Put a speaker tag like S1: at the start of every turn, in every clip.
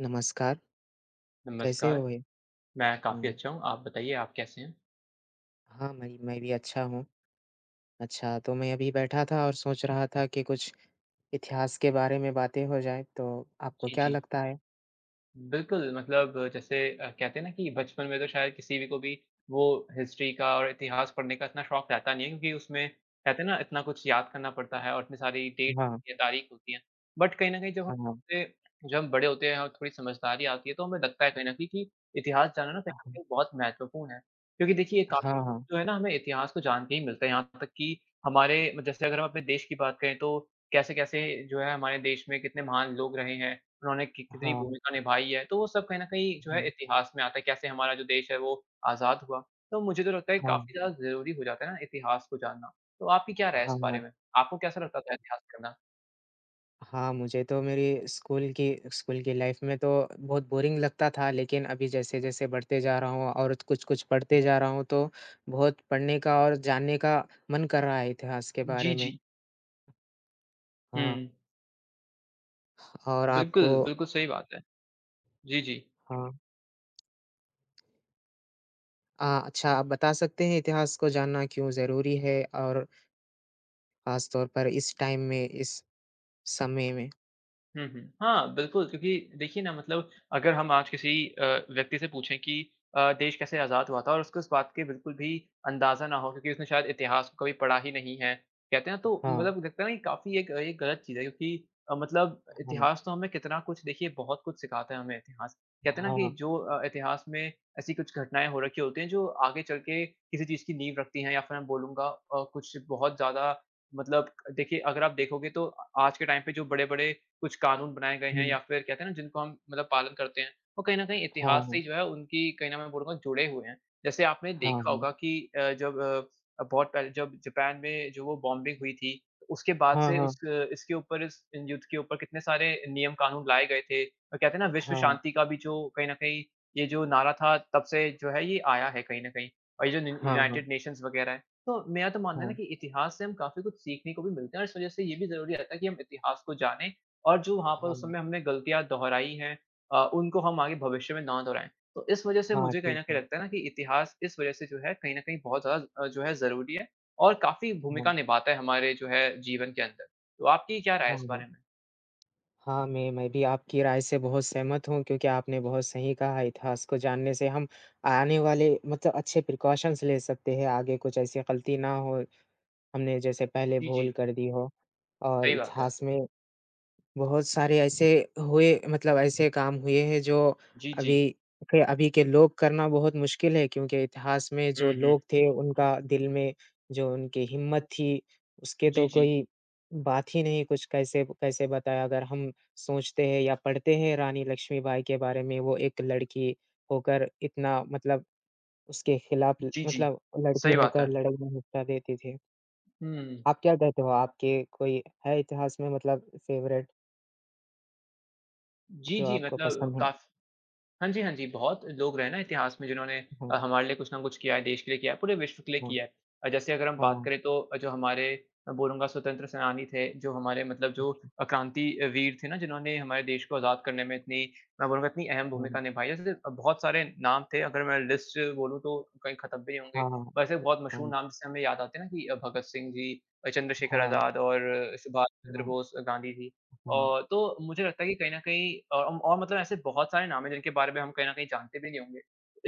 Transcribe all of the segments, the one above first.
S1: नमस्कार, कैसे
S2: नमस्कार।
S1: हो भाई?
S2: मैं काफ़ी
S1: हुँ,
S2: अच्छा हूँ। आप बताइए, आप कैसे हैं?
S1: हाँ, मैं भी अच्छा हूँ। अच्छा, तो मैं अभी बैठा था और सोच रहा था कि कुछ इतिहास के बारे में बातें हो जाएँ, तो आपको
S2: जी,
S1: क्या
S2: जी।
S1: लगता है?
S2: बिल्कुल। मतलब जैसे कहते हैं ना कि बचपन में तो शायद किसी भी को भी वो हिस्ट्री का और इतिहास पढ़ने का इतना शौक रहता नहीं है, क्योंकि उसमें कहते हैं ना, इतना कुछ याद करना पड़ता है और इतनी सारी डेट
S1: हाँ,
S2: होती है, तारीख होती है। बट कहीं न कहीं
S1: हाँ,
S2: से जब हम बड़े होते हैं और थोड़ी समझदारी आती है, तो हमें लगता है कहीं न कहीं कि इतिहास जानना ना कहीं न कहीं बहुत महत्वपूर्ण है। क्योंकि देखिए, का
S1: हाँ, हाँ, हाँ,
S2: जो है ना, हमें इतिहास को जान के ही मिलता है, यहाँ तक कि हमारे जैसे अगर हम अपने देश की बात करें, तो कैसे-कैसे जो है हमारे देश में कितने महान लोग रहे हैं। उन्होंने कि कितनी
S1: हाँ,
S2: भूमिका निभाई है, तो वो सब कहीं न कहीं जो है
S1: हाँ,
S2: इतिहास में आता है, कैसे हमारा जो देश है वो आज़ाद हुआ। तो मुझे तो लगता है,
S1: हाँ,
S2: काफ़ी ज़्यादा ज़रूरी हो जाता है ना इतिहास को जानना। तो आपकी क्या राय है इस बारे
S1: हाँ।
S2: में? आपको कैसा लगता था इतिहास पढ़ना?
S1: हाँ, मुझे तो मेरी स्कूल की लाइफ़ में तो बहुत बोरिंग लगता था, लेकिन अभी जैसे-जैसे बढ़ते जा रहा हूँ और कुछ-कुछ पढ़ते जा रहा हूँ, तो बहुत पढ़ने का और जानने का मन कर रहा है इतिहास के
S2: जी,
S1: बारे में।
S2: जी। हुँ।
S1: हाँ, और
S2: बिल्कुल,
S1: आपको।
S2: बिल्कुल सही बात है। जी, जी।
S1: हाँ। अच्छा, आप बता सकते हैं इतिहास को जानना क्यों ज़रूरी है और ख़ास तौर पर इस टाइम में, इस समय में?
S2: हुँ, हुँ। हाँ, बिल्कुल। क्योंकि देखिए ना, मतलब अगर हम आज किसी व्यक्ति से पूछें कि देश कैसे आज़ाद हुआ था, और उसको इस बात के बिल्कुल भी अंदाज़ा ना हो, क्योंकि उसने शायद इतिहास को कभी पढ़ा ही नहीं है, कहते हैं ना, तो
S1: हाँ,
S2: मतलब लगता है ना कि काफ़ी एक ये गलत चीज़ है। क्योंकि मतलब
S1: हाँ,
S2: इतिहास तो हमें कितना कुछ, देखिए, बहुत कुछ सिखाता है हमें इतिहास। कहते हैं ना कि
S1: हाँ,
S2: जो इतिहास में ऐसी कुछ घटनाएँ हो रखी होती हैं, जो आगे चल के किसी चीज़ की नींव रखती हैं, या फिर मैं बोलूँगा कुछ बहुत ज़्यादा मतलब, देखिए, अगर आप देखोगे तो आज के टाइम पे जो बड़े-बड़े कुछ कानून बनाए गए हैं,
S1: हुँ,
S2: या फिर कहते हैं ना, जिनको हम मतलब पालन करते हैं, वो कहीं न कहीं इतिहास से
S1: हाँ,
S2: ही जो है उनकी कहीं न, मैं बोलूँगा, जुड़े हुए हैं। जैसे आपने
S1: हाँ,
S2: देखा
S1: हुँ,
S2: होगा कि अ, जब बहुत पहले जब जापान में जो वो बॉम्बिंग हुई थी, तो उसके बाद
S1: हाँ,
S2: से
S1: हाँ,
S2: उस इसके ऊपर, इस युद्ध के ऊपर, कितने सारे नियम कानून लाए गए थे, और कहते हैं ना, विश्व
S1: हाँ,
S2: शांति का भी जो कहीं न कहीं ये जो नारा था, तब से जो है ये आया है कहीं न कहीं। और ये जो न्यू
S1: हाँ, हाँ,
S2: यूनाइटेड नेशंस वग़ैरह है। तो मेरा तो मानना है ना
S1: हाँ,
S2: कि इतिहास से हम काफ़ी कुछ सीखने को भी मिलता है, और इस वज़ह से ये भी ज़रूरी रहता है कि हम इतिहास को जानें, और जो वहाँ पर
S1: हाँ,
S2: उस समय हमने गलतियाँ दोहराई हैं, उनको हम आगे भविष्य में ना दोहराएँ। तो इस वज़ह से
S1: हाँ,
S2: मुझे कहीं
S1: ठीक
S2: न कहीं
S1: है,
S2: लगता है ना कि इतिहास इस वज़ह से जो है कहीं न कहीं बहुत ज़्यादा जो है ज़रूरी है, और काफ़ी भूमिका
S1: हाँ,
S2: निभाता है हमारे जो है जीवन के अंदर। तो आपकी क्या राय है
S1: हाँ,
S2: इस
S1: हाँ।
S2: बारे में?
S1: हाँ, मैं भी आपकी राय से बहुत सहमत हूँ क्योंकि आपने बहुत सही कहा, इतिहास को जानने से हम आने वाले मतलब अच्छे प्रिकॉशंस ले सकते हैं, आगे कुछ ऐसी गलती ना हो, हमने जैसे पहले
S2: जी,
S1: भूल
S2: जी,
S1: कर दी हो। और
S2: सही बात है।
S1: इतिहास में बहुत सारे ऐसे हुए मतलब ऐसे काम हुए हैं जो
S2: जी,
S1: अभी
S2: जी।
S1: अभी के लोग करना बहुत मुश्किल है, क्योंकि इतिहास में जो
S2: हुँ, हुँ।
S1: लोग थे उनका दिल में जो उनकी हिम्मत थी, उसके
S2: जी,
S1: तो
S2: जी।
S1: कोई बात ही नहीं। कुछ कैसे कैसे बताएँ, अगर हम सोचते हैं या पढ़ते हैं रानी लक्ष्मीबाई के बारे में, वो एक लड़की होकर इतना मतलब उसके खिलाफ
S2: जी, जी।
S1: मतलब लड़की
S2: सही बात
S1: होकर
S2: है।
S1: लड़ाई में हिस्सा देती थी।
S2: हुँ।
S1: आप क्या कहते हो? आपके कोई है इतिहास में मतलब फ़ेवरेट
S2: जी,
S1: जो
S2: जी,
S1: आपको
S2: मतलब
S1: पसंद हो?
S2: काफ़ी। हाँ जी, हाँ जी, बहुत लोग रहे ना इतिहास में, जिन्होंने
S1: हाँ,
S2: हमारे लिए कुछ ना कुछ किया है, देश के लिए किया है, पूरे विश्व के लिए
S1: हाँ,
S2: किया है। जैसे अगर हम बात
S1: हाँ,
S2: करें, तो जो हमारे, मैं बोलूँगा, स्वतंत्र सेनानी थे, जो हमारे मतलब जो
S1: अच्छा,
S2: क्रांति वीर थे ना, जिन्होंने हमारे देश को आज़ाद करने में इतनी, मैं बोलूँगा इतनी अहम
S1: हाँ,
S2: भूमिका निभाई है। जैसे बहुत सारे नाम थे, अगर मैं लिस्ट बोलूँ तो कहीं ख़त्म भी नहीं होंगे।
S1: हाँ,
S2: वैसे बहुत मशहूर
S1: हाँ,
S2: नाम जिससे हमें याद आते हैं ना कि भगत सिंह जी, चंद्रशेखर
S1: हाँ,
S2: आज़ाद, और सुभाष चंद्र
S1: हाँ,
S2: बोस, गांधी जी।
S1: हाँ,
S2: तो मुझे लगता है कि कहीं न कहीं और मतलब ऐसे बहुत सारे नाम हैं, जिनके बारे में हम कहीं न कहीं जानते भी नहीं होंगे।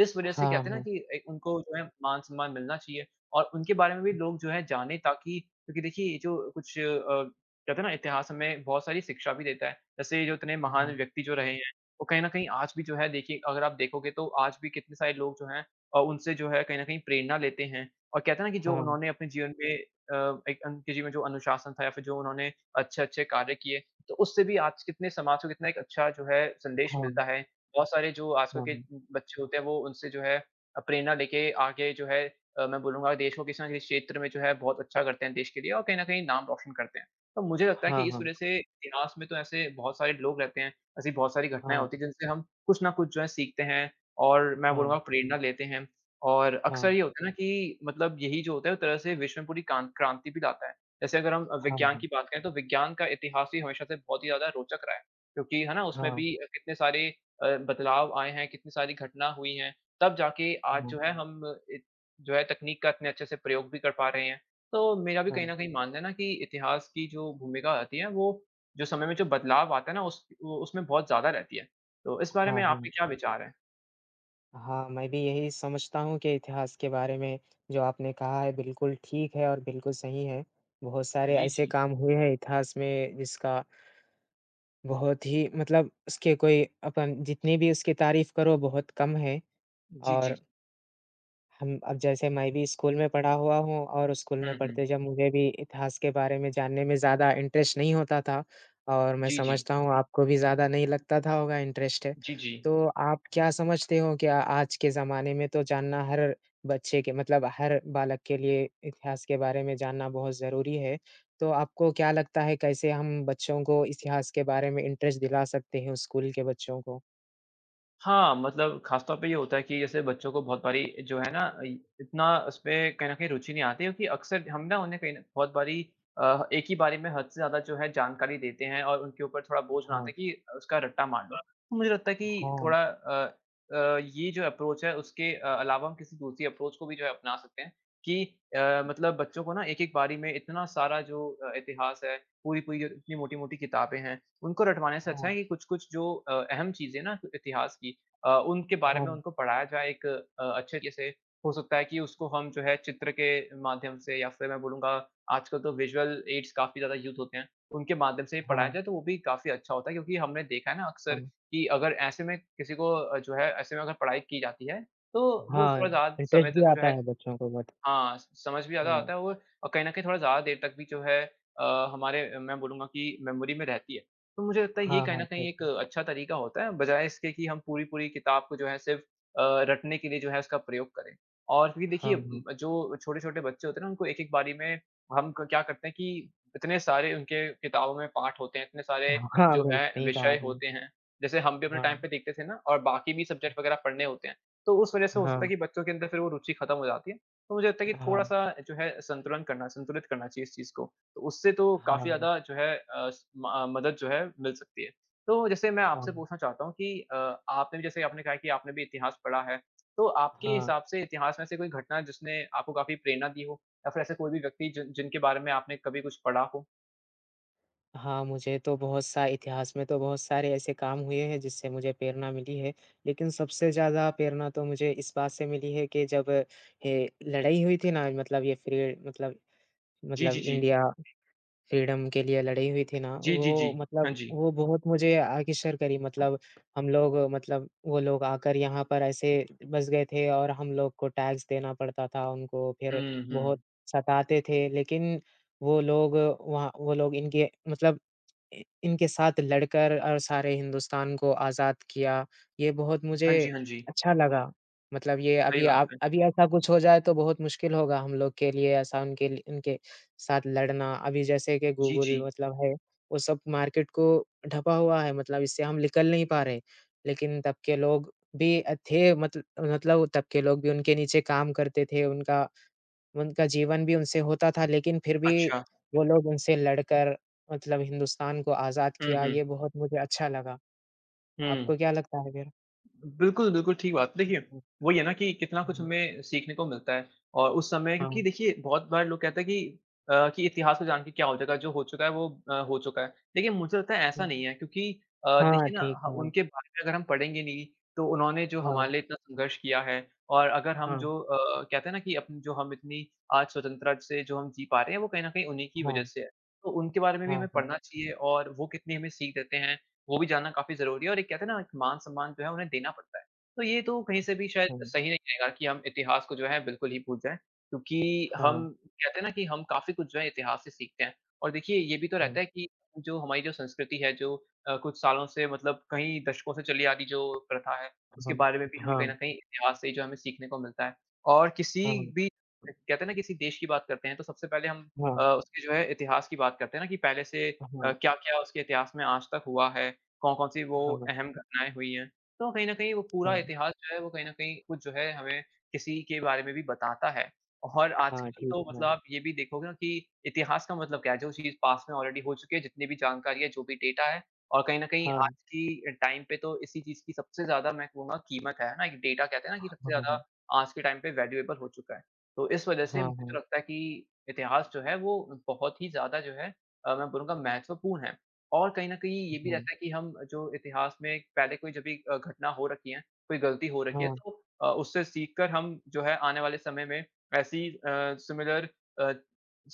S2: इस वजह से कहते हैं ना
S1: हाँ,
S2: कि उनको जो है मान-सम्मान मिलना चाहिए, और उनके बारे में भी लोग जो है जाने, ताकि क्योंकि देखिए, ये जो कुछ कहते हैं ना, इतिहास हमें बहुत सारी शिक्षा भी देता है। जैसे जो इतने महान व्यक्ति जो रहे हैं, वो कहीं न कहीं आज भी जो है, देखिए, अगर आप देखोगे तो आज भी कितने सारे लोग जो हैं उनसे जो है कहीं न कहीं प्रेरणा लेते हैं, और कहते हैं ना कि जो
S1: हाँ,
S2: उन्होंने अपने जीवन में एक उनके जीवन में जो अनुशासन था, या फिर जो उन्होंने अच्छे-अच्छे कार्य किए, तो उससे भी आज कितने समाज को कितना एक अच्छा जो है संदेश
S1: हाँ,
S2: मिलता है। बहुत सारे जो आजकल
S1: हाँ,
S2: के बच्चे होते हैं, वो उनसे जो है प्रेरणा लेके आगे जो है मैं बोलूँगा, देश को किसी न किसी क्षेत्र में जो है बहुत अच्छा करते हैं देश के लिए, और कहीं न कहीं नाम रोशन करते हैं। तो मुझे
S1: हाँ,
S2: लगता है
S1: हाँ,
S2: कि
S1: हाँ, हाँ, हाँ,
S2: इस
S1: हाँ,
S2: वज़ह
S1: हाँ,
S2: से इतिहास में तो ऐसे बहुत सारे लोग रहते हैं, ऐसी बहुत सारी घटनाएँ होती हैं, जिनसे हम कुछ ना कुछ जो है सीखते हैं, और, मैं
S1: हाँ,
S2: बोलूँगा, प्रेरणा लेते हैं। और
S1: हाँ,
S2: अक्सर ये होता है ना कि मतलब यही जो होता है, एक तरह से विश्व में पूरी कान क्रांति भी लाता है। जैसे अगर हम
S1: हाँ,
S2: विज्ञान की
S1: हाँ,
S2: बात करें, तो विज्ञान का इतिहास भी हमेशा से बहुत ही ज़्यादा रोचक रहा है। क्योंकि है ना, उसमें भी कितने सारे बदलाव आए हैं, कितनी सारी घटना हुई हैं, तब जाके आज जो है हम इत जो है तकनीक का इतने अच्छे से प्रयोग भी कर पा रहे हैं। तो मेरा भी कहीं न कहीं मानना है ना कि इतिहास की जो भूमिका आती है वो, जो समय में जो बदलाव आता है ना, उस वो उसमें बहुत ज़्यादा रहती है। तो इस बारे में
S1: हाँ, हाँ।
S2: आपके क्या विचार हैं?
S1: हाँ, मैं भी यही समझता हूँ कि इतिहास के बारे में जो आपने कहा है बिल्कुल ठीक है और बिल्कुल सही है। बहुत सारे
S2: जी,
S1: ऐसे
S2: जी।
S1: काम हुए हैं इतिहास में जिसका बहुत ही मतलब उसके कोई अपन जितनी भी उसकी तारीफ़ करो बहुत कम है।
S2: जी,
S1: और
S2: जी।
S1: हम अब जैसे मैं भी स्कूल में पढ़ा हुआ हूँ और स्कूल
S2: हुँ,
S1: में
S2: हुँ।
S1: पढ़ते जब मुझे भी इतिहास के बारे में जानने में ज़्यादा इंटरेस्ट नहीं होता था, और मैं
S2: जी, जी।
S1: समझता हूँ आपको भी ज़्यादा नहीं लगता था होगा इंटरेस्ट है।
S2: जी, जी।
S1: तो आप क्या समझते हो, क्या आज के ज़माने में तो जानना हर बच्चे के मतलब हर बालक के लिए इतिहास के बारे में जानना बहुत ज़रूरी है। तो आपको क्या लगता है कैसे हम बच्चों को इतिहास के बारे में इंटरेस्ट दिला सकते हैं, स्कूल के बच्चों को?
S2: हाँ, मतलब ख़ास तौर पे ये होता है कि जैसे बच्चों को बहुत बारी जो है ना, इ इतना उसमें कहीं न कहीं रुचि नहीं आती, क्योंकि अक्सर हम ना उन्हें कहीं न बहुत बारी एक ही बारे में हद से ज़्यादा जो है जानकारी देते हैं, और उनके ऊपर थोड़ा बोझ बनाते
S1: हाँ।
S2: हैं कि उसका रट्टा मार लो। तो मुझे लगता है कि
S1: हाँ,
S2: थोड़ा ये जो अप्रोच है उसके अलावा हम किसी दूसरी अप्रोच को भी जो है अपना सकते हैं कि मतलब बच्चों को ना एक-एक बारी में इतना सारा जो इतिहास है, पूरी-पूरी जो इतनी मोटी-मोटी किताबें हैं, उनको रटवाने से अच्छा
S1: हाँ,
S2: है कि कुछ-कुछ जो अहम चीज़ें ना इतिहास की, उनके बारे
S1: हाँ,
S2: में उनको पढ़ाया जाए एक अच्छे तरीके से। हो सकता है कि उसको हम जो है चित्र के माध्यम से, या फिर मैं बोलूँगा, आजकल तो विजुअल एड्स काफ़ी ज़्यादा यूज़ होते हैं, उनके माध्यम से ही पढ़ाया
S1: हाँ,
S2: जाए, तो वो भी काफ़ी अच्छा होता है, क्योंकि हमने देखा है ना अक्सर
S1: हाँ।
S2: कि अगर ऐसे में किसी को जो है, ऐसे में अगर पढ़ाई की जाती है, तो वो
S1: हाँ,
S2: थोड़ा ज़्यादा समय
S1: इंटरेस्ट भी
S2: तक जो
S1: आता
S2: है।
S1: है बच्चों को, बट
S2: हाँ, स समझ भी ज़्यादा
S1: हुँ।
S2: आता है, और कहीं न कहीं थोड़ा ज़्यादा देर तक भी जो है हमारे, मैं बोलूँगा कि, मेमोरी में रहती है। तो मुझे लगता है ये
S1: हाँ,
S2: कहीं
S1: हाँ,
S2: न कहीं
S1: ठीक
S2: एक
S1: है।
S2: अच्छा तरीका होता है, बजाए इसके कि हम पूरी-पूरी किताब को जो है सिर्फ़ रटने के लिए जो है उसका प्रयोग करें। और फिर
S1: हाँ,
S2: देखिए,
S1: हुँ।
S2: जो छोटे-छोटे बच्चे होते हैं ना, उनको एक-एक बारी में हम क क्या करते हैं कि इतने सारे उनके किताबों में पाठ होते हैं, इतने सारे
S1: हाँ,
S2: जो
S1: वही
S2: है
S1: सही कहा
S2: विषय
S1: आपने।
S2: होते हैं। जैसे हम भी अपने टाइम
S1: हाँ,
S2: पे देखते थे ना, और बाकी भी सब्जेक्ट वग़ैरह पढ़ने होते हैं। तो उस वज़ह से हो सकता
S1: हाँ,
S2: है कि बच्चों के अंदर फिर वो रुचि खत्म हो जाती है। तो मुझे लगता है कि
S1: हाँ,
S2: थोड़ा-सा जो है संतुलन करना, संतुलित करना चाहिए इस चीज़ को। तो उससे तो काफ़ी
S1: हाँ,
S2: ज़्यादा जो है मदद जो है मिल सकती है। तो जैसे मैं
S1: हाँ,
S2: आपसे पूछना चाहता हूँ कि आपने भी, जैसे आपने कहा कि आपने भी इतिहास पढ़ा है, तो आपके
S1: हाँ।
S2: हिसाब से इतिहास में से कोई घटना जिसने आपको काफ़ी प्रेरणा दी हो, या फिर ऐसे कोई भी व्यक्ति जिनके बारे में आपने कभी कुछ पढ़ा हो?
S1: हाँ, मुझे तो बहुत सा इतिहास में तो बहुत सारे ऐसे काम हुए हैं जिससे मुझे प्रेरणा मिली है। लेकिन सबसे ज़्यादा प्रेरणा तो मुझे इस बात से मिली है कि जब ये लड़ाई हुई थी ना, मतलब ये फ्री मतलब
S2: जी,
S1: मतलब
S2: जी, जी।
S1: इंडिया फ्रीडम के लिए लड़ी हुई थी ना,
S2: जी, जी, जी।
S1: वो
S2: हाँ
S1: मतलब
S2: जी।
S1: वो बहुत मुझे आकर्षित करी। मतलब हम लोग मतलब वो लोग आकर यहाँ पर ऐसे बस गए थे और हम लोग को टैक्स देना पड़ता था उनको, फिर
S2: हुँ, हुँ।
S1: बहुत सताते थे। लेकिन वो लोग वहाँ वो लोग इनके मतलब इ इनके साथ लड़कर और सारे हिंदुस्तान को आज़ाद किया, ये बहुत मुझे
S2: हाँ जी, हाँ जी।
S1: अच्छा लगा। मतलब ये
S2: सही
S1: अभी
S2: बात
S1: आप
S2: है।
S1: अभी ऐसा कुछ हो जाए तो बहुत मुश्किल होगा हम लोग के लिए ऐसा उनके लिए उनके साथ लड़ना। अभी जैसे कि
S2: जी,
S1: गूगल
S2: जी।
S1: मतलब है, वो सब मार्केट को ढँपा हुआ है, मतलब इससे हम निकल नहीं पा रहे। लेकिन तब के लोग भी थे मतल मतलब तब के लोग भी उनके नीचे काम करते थे, उनका उनका जीवन भी उनसे होता था, लेकिन फिर भी
S2: अच्छा।
S1: वो लोग उनसे लड़कर मतलब हिंदुस्तान को आज़ाद
S2: हुँ,
S1: किया,
S2: हुँ।
S1: ये बहुत मुझे अच्छा लगा।
S2: हुँ।
S1: आपको क्या लगता है फिर?
S2: बिल्कुल, बिल्कुल ठीक बात। देखिए,
S1: हुँ,
S2: वही है ना कि कितना कुछ
S1: हुँ।
S2: हमें सीखने को मिलता है और उस समय क्योंकि
S1: हाँ,
S2: देखिए बहुत बार लोग कहते हैं कि कि इतिहास को जान के क्या हो जाएगा, जो हो चुका है वो हो चुका है। लेकिन मुझे लगता है ऐसा
S1: हुँ,
S2: नहीं है क्योंकि
S1: हाँ,
S2: देखिए ना
S1: ठीक
S2: ह
S1: है।
S2: उनके बारे में अगर हम पढ़ेंगे नहीं, तो उन्होंने जो
S1: हाँ,
S2: हमारे लिए इतना संघर्ष किया है और अगर हम
S1: हाँ,
S2: जो कहते हैं ना कि अपन जो हम इतनी आज स्वतंत्रता से जो हम जी पा रहे हैं, वो कहीं न कहीं उन्हीं की वजह
S1: हाँ,
S2: से है। तो उनके बारे में भी
S1: हाँ,
S2: हमें
S1: हाँ,
S2: पढ़ना चाहिए और वो कितनी हमें सीख देते हैं वो भी जानना काफ़ी ज़रूरी है और एक कहते हैं ना एक मान-सम्मान जो है उन्हें देना पड़ता है। तो ये तो कहीं से भी शायद
S1: हुँ,
S2: सही नहीं रहेगा कि हम इतिहास को जो है बिल्कुल ही भूल जाएँ, क्योंकि
S1: हाँ,
S2: हम कहते हैं ना कि हम काफ़ी कुछ जो है इतिहास से सीखते हैं। और देखिए ये भी तो
S1: हुँ,
S2: रहता है कि जो हमारी जो संस्कृति है जो कुछ सालों से मतलब कई दशकों से चली आ रही जो प्रथा है, उसके
S1: हाँ,
S2: बारे में भी हम कहीं न
S1: हाँ,
S2: कहीं इतिहास से ही जो हमें सीखने को मिलता है। और किसी
S1: हाँ,
S2: भी कहते हैं ना किसी देश की बात करते हैं तो सबसे पहले हम
S1: हाँ,
S2: उसके जो है इतिहास की बात करते हैं ना कि पहले से
S1: हाँ,
S2: क्या-क्या उसके इतिहास में आज तक हुआ है कौन-कौन सी वो
S1: हाँ,
S2: अहम घटनाएँ हुई हैं। तो कहीं न कहीं वो पूरा
S1: हाँ,
S2: इतिहास जो है वो कहीं न कहीं कुछ जो है हमें किसी के बारे में भी बताता है। और
S1: हाँ,
S2: आजकल
S1: ठीक
S2: तो मतलब
S1: है।
S2: आप ये भी देखोगे ना कि इतिहास का मतलब क्या है? जो चीज़ पास्ट में ऑलरेडी हो चुकी है, जितनी भी जानकारी है, जो भी डेटा है और कहीं न कहीं
S1: हाँ,
S2: आज की टाइम पे तो इसी चीज़ की सबसे ज़्यादा मैं कहूँगा कीमत है ना? एक डेटा कहते हैं ना कि सबसे
S1: हाँ,
S2: ज़्यादा
S1: हाँ,
S2: आज के टाइम पे वैल्यूएबल हो चुका है। तो इस वजह से
S1: हाँ,
S2: मुझे तो
S1: हाँ,
S2: लगता है कि इतिहास जो है वो बहुत ही ज़्यादा जो है मैं बोलूँगा महत्वपूर्ण है। और कहीं न कहीं ये भी
S1: हाँ,
S2: रहता है कि हम जो इतिहास में पहले कोई जब भी घटना हो रखी है, कोई गलती हो रखी है
S1: हाँ,
S2: तो उससे सीख कर हम जो है आने वाले समय में ऐसी सिमिलर अ,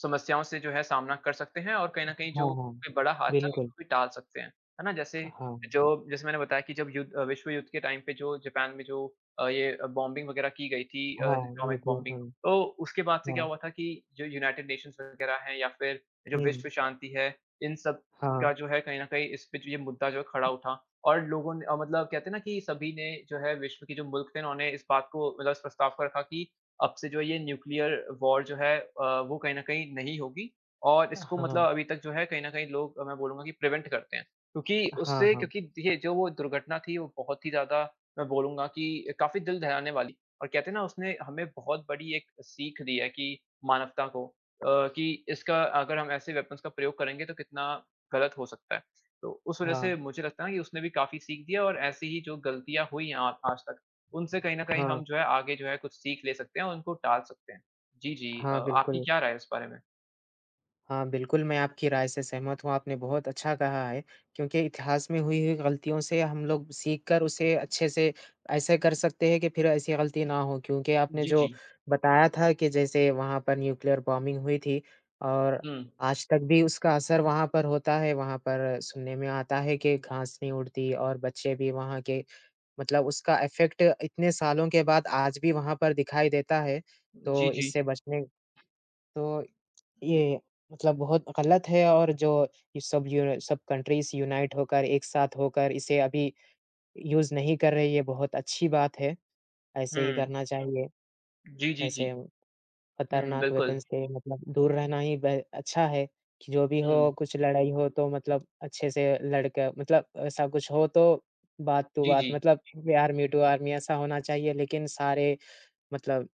S2: समस्याओं से जो है सामना कर सकते हैं और कहीं न कहीं जो
S1: हाँ, हाँ,
S2: कोई बड़ा हादसा है
S1: बिल्कुल।
S2: उसको भी टाल सकते हैं। है ना? जैसे
S1: हाँ,
S2: जो जैसे मैंने बताया कि जब युद्ध विश्व युद्ध के टाइम पे जो जापान में जो ये बॉम्बिंग वगैरह की गई थी
S1: हाँ,
S2: एटॉमिक
S1: न्यूक्लियर
S2: बॉम्बिंग
S1: का।
S2: तो उसके बाद से क्या
S1: हाँ,
S2: हुआ था कि जो यूनाइटेड नेशंस वगैरह हैं या फिर जो
S1: हुँ,
S2: विश्व शांति है, इन सब
S1: हाँ।
S2: का जो है कहीं न कहीं इस पे जो ये मुद्दा जो है खड़ा उठा और लोगों ने मतलब कहते हैं ना कि सभी ने जो है विश्व के जो मुल्क थे उन्होंने इस बात को मतलब इस प्रस्ताव को रखा कि अब से जो है ये न्यूक्लियर वॉर जो है वो कहीं न कहीं नहीं होगी और इसको
S1: हाँ,
S2: मतलब अभी तक जो है कहीं न कहीं लोग मैं बोलूँगा कि प्रिवेंट करते हैं। क्योंकि
S1: हाँ,
S2: उससे
S1: हाँ,
S2: क्योंकि देखिए जो वो दुर्घटना थी वो बहुत ही ज़्यादा मैं बोलूँगा कि काफ़ी दिल दहलाने वाली और कहते हैं ना उसने हमें बहुत बड़ी एक सीख दी है कि मानवता को कि इसका अगर हम ऐसे वेपन्स का प्रयोग करेंगे तो कितना गलत हो सकता है। तो उस वज़ह से
S1: हाँ,
S2: मुझे लगता है ना कि उसने भी काफ़ी सीख दिया और ऐसी ही जो गलतियाँ हुई हैं आ आज तक, उनसे कहीं न कहीं
S1: हाँ,
S2: हम जो है आगे जो है कुछ सीख ले सकते हैं और उनको टाल सकते हैं। जी, जी।
S1: हाँ,
S2: आपकी
S1: बिल्कुल।
S2: क्या राय है इस बारे में?
S1: हाँ, बिल्कुल, मैं आपकी राय से सहमत हूँ, आपने बहुत अच्छा कहा है, क्योंकि इतिहास में हुई हुई गलतियों से हम लोग सीख कर उसे अच्छे से ऐसे कर सकते हैं कि फिर ऐसी गलती ना हो। क्योंकि आपने
S2: जी,
S1: जो
S2: जी।
S1: बताया था कि जैसे वहाँ पर न्यूक्लियर बॉम्बिंग हुई थी, और
S2: हुँ।
S1: आज तक भी उसका असर वहाँ पर होता है, वहाँ पर सुनने में आता है कि घास नहीं उड़ती और बच्चे भी वहाँ के मतलब उसका इफ़ेक्ट इतने सालों के बाद आज भी वहाँ पर दिखाई देता है।
S2: जी,
S1: तो
S2: जी।
S1: इससे बचने तो ये मतलब बहुत गलत है। और जो ये सब यून सब कंट्रीज़ यूनाइट होकर, एक साथ होकर इसे अभी यूज़ नहीं कर रही, ये बहुत अच्छी बात है। ऐसे ही
S2: हुँ।
S1: करना चाहिए,
S2: जी, जी, जी।
S1: ऐसे
S2: हुँ,
S1: खतरनाक वेपन
S2: बिल्कुल।
S1: से मतलब दूर रहना ही ब अच्छा है, कि जो भी हो
S2: हुँ।
S1: कुछ लड़ाई हो तो मतलब अच्छे से लड़ के मतलब ऐसा कुछ हो तो बात टू
S2: जी,
S1: बात
S2: जी।
S1: मतलब ये आर्मी टू आर्मी ऐसा होना चाहिए, लेकिन सारे मतलब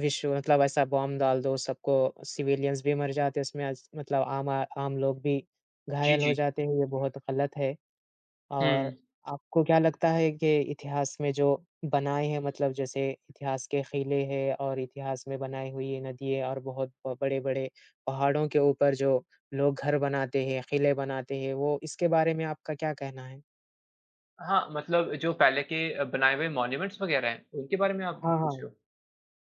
S1: विश्व मतलब ऐसा बॉम्ब डाल दो सबको, सिविलियंस भी मर जाते हैं उसमें, आज मतलब आम लोग भी
S2: जी,
S1: घायल हो
S2: जी।
S1: जाते हैं, ये बहुत गलत है।
S2: हुँ।
S1: और आपको क्या लगता है कि इतिहास में जो बनाए हैं, मतलब जैसे इतिहास के किले हैं और इतिहास में बनाई हुई ये नदियाँ और बहुत ब बड़े-बड़े पहाड़ों के ऊपर जो लोग घर बनाते हैं, किले बनाते हैं, वो इसके बारे में आपका क्या कहना है?
S2: हाँ, मतलब जो पहले के बनाए हुए मॉन्यूमेंट्स वग़ैरह हैं, उनके बारे में आप
S1: हाँ,
S2: पूछ
S1: हाँ।
S2: रहे हो?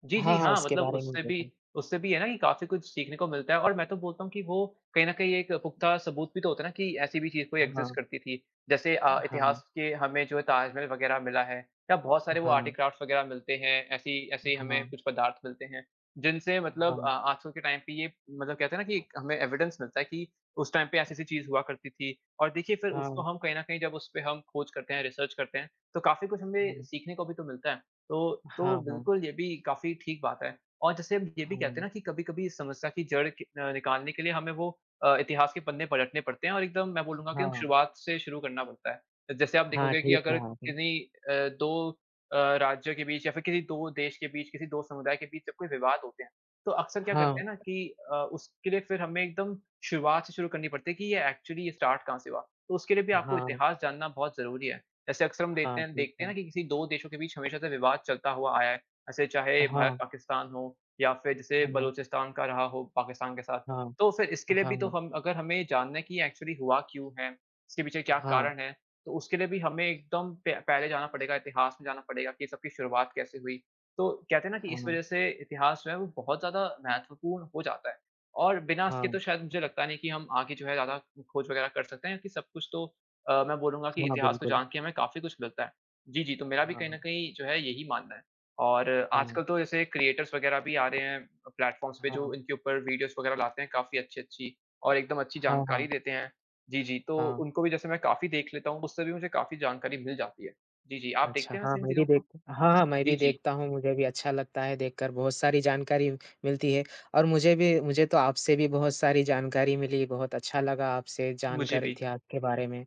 S2: जी, जी,
S1: हाँ, हाँ,
S2: हाँ,
S1: उसके
S2: मतलब
S1: बारे में
S2: उससे भी
S1: पूछा।
S2: है ना कि काफ़ी कुछ सीखने को मिलता है और मैं तो बोलता हूँ कि वो कहीं न कहीं एक पुख्ता सबूत भी तो होता है ना कि ऐसी भी चीज़ कोई एग्ज़िस्ट
S1: हाँ,
S2: करती थी। जैसे
S1: हाँ,
S2: इतिहास
S1: हाँ,
S2: के हमें जो है ताजमहल वग़ैरह मिला है या बहुत सारे वो
S1: हाँ,
S2: आर्टिक्राफ्ट्स वग़ैरह मिलते हैं, ऐसी ऐसे ही
S1: हाँ,
S2: हमें कुछ पदार्थ मिलते हैं, जिनसे मतलब
S1: हाँ,
S2: आजकल के टाइम पे ये मतलब कहते हैं ना कि हमें एविडेंस मिलता है कि उस टाइम पे ऐसी-ऐसी चीज़ हुआ करती थी। और देखिए फिर
S1: हाँ,
S2: उसको
S1: हाँ,
S2: हम कहीं न कहीं जब उस पे हम खोज करते हैं, रिसर्च करते हैं, तो काफ़ी कुछ हमें सीखने को भी तो मिलता है। तो
S1: हाँ,
S2: बिल्कुल ये भी काफ़ी ठीक बात है। और जैसे हम ये भी
S1: हाँ,
S2: कहते हैं ना कि कभी-कभी इस समस्या की जड़ कि निकालने के लिए हमें वो इतिहास के पन्ने पलटने पड़ते हैं और एकदम मैं बोलूँगा कि हम
S1: हाँ,
S2: शुरुआत से शुरू करना पड़ता है। तो जैसे आप
S1: हाँ,
S2: देखोगे कि
S1: ठीक
S2: अगर
S1: कहा आपने।
S2: किन्हीं 2 राज्यों के बीच या फिर किसी 2 देश के बीच, किसी 2 समुदाय के बीच जब कोई विवाद होते हैं, तो अक्सर क्या करते
S1: हाँ,
S2: हैं ना कि उसके लिए फिर हमें एकदम शुरुआत से शुरू करनी पड़ती है कि ये एक्चुअली ये स्टार्ट कहाँ से हुआ। तो उसके लिए भी आपको
S1: हाँ,
S2: इतिहास जानना बहुत ज़रूरी है। जैसे अक्सर हम
S1: हाँ, ठीक
S2: देखते हैं
S1: है।
S2: ना कि किसी 2 देशों के बीच हमेशा से विवाद चलता हुआ आया है। ऐसे चाहे
S1: हाँ,
S2: भारत-पाकिस्तान हो या फिर जैसे
S1: हाँ,
S2: बलूचिस्तान का रहा हो पाकिस्तान के साथ।
S1: हाँ।
S2: तो फिर इसके लिए भी तो
S1: हाँ,
S2: हम अगर हमें जानना है कि एक्चुअली हुआ क्यों है, इसके पीछे क्या
S1: हाँ,
S2: कारण है, तो उसके लिए भी हमें एकदम प पहले जाना पड़ेगा, इतिहास में जाना पड़ेगा कि ये सब की शुरुआत कैसे हुई। तो कहते हैं ना कि इस
S1: हाँ,
S2: वज़ह से इतिहास जो है वो बहुत ज़्यादा महत्वपूर्ण हो जाता है। और बिना इसके
S1: हाँ,
S2: तो शायद मुझे लगता नहीं कि हम आगे जो है ज़्यादा खोज वगैरह कर सकते हैं कि सब कुछ तो मैं बोलूँगा कि
S1: हाँ,
S2: इतिहास को
S1: बिल्कुल।
S2: जान के हमें काफ़ी कुछ मिलता है। जी, जी, तो मेरा भी कहीं न
S1: हाँ,
S2: कहीं जो है यही मानना है और
S1: हाँ,
S2: आजकल तो जैसे क्रिएटर्स वग़ैरह भी आ रहे हैं प्लेटफ़ॉर्म्स पे
S1: हाँ,
S2: जो इनके ऊपर वीडियोज़ वग़ैरह लाते हैं काफ़ी अच्छी-अच्छी और एकदम अच्छी
S1: हाँ, हाँ,
S2: जानकारी देते हैं। जी, जी, तो
S1: हाँ।
S2: उनको भी जैसे मैं काफ़ी देख लेता हूँ, उससे भी मुझे काफ़ी जानकारी मिल जाती है। जी, जी, आप
S1: अच्छा,
S2: देखते हैं वैसे इन चीज़ों को?
S1: हाँ, हाँ, मैं
S2: जी,
S1: भी
S2: जी,
S1: देखता हूँ, मुझे भी अच्छा लगता है देखकर, बहुत सारी जानकारी मिलती है, और मुझे तो आपसे भी बहुत सारी जानकारी मिली, बहुत अच्छा लगा आपसे
S2: मुझे
S1: जानकर
S2: भी।
S1: इतिहास के बारे में।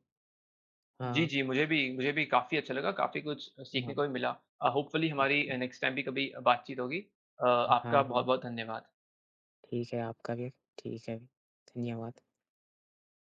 S2: जी,
S1: हाँ,
S2: जी, मुझे भी काफ़ी अच्छा लगा, काफ़ी कुछ सीखने
S1: हाँ,
S2: को भी मिला। होपफुली हमारी
S1: अच्छा।
S2: नेक्स्ट टाइम भी कभी बातचीत होगी।
S1: हाँ,
S2: आपका
S1: हाँ,
S2: बहुत-बहुत धन्यवाद।
S1: ठीक है, आपका भी ठीक है, धन्यवाद।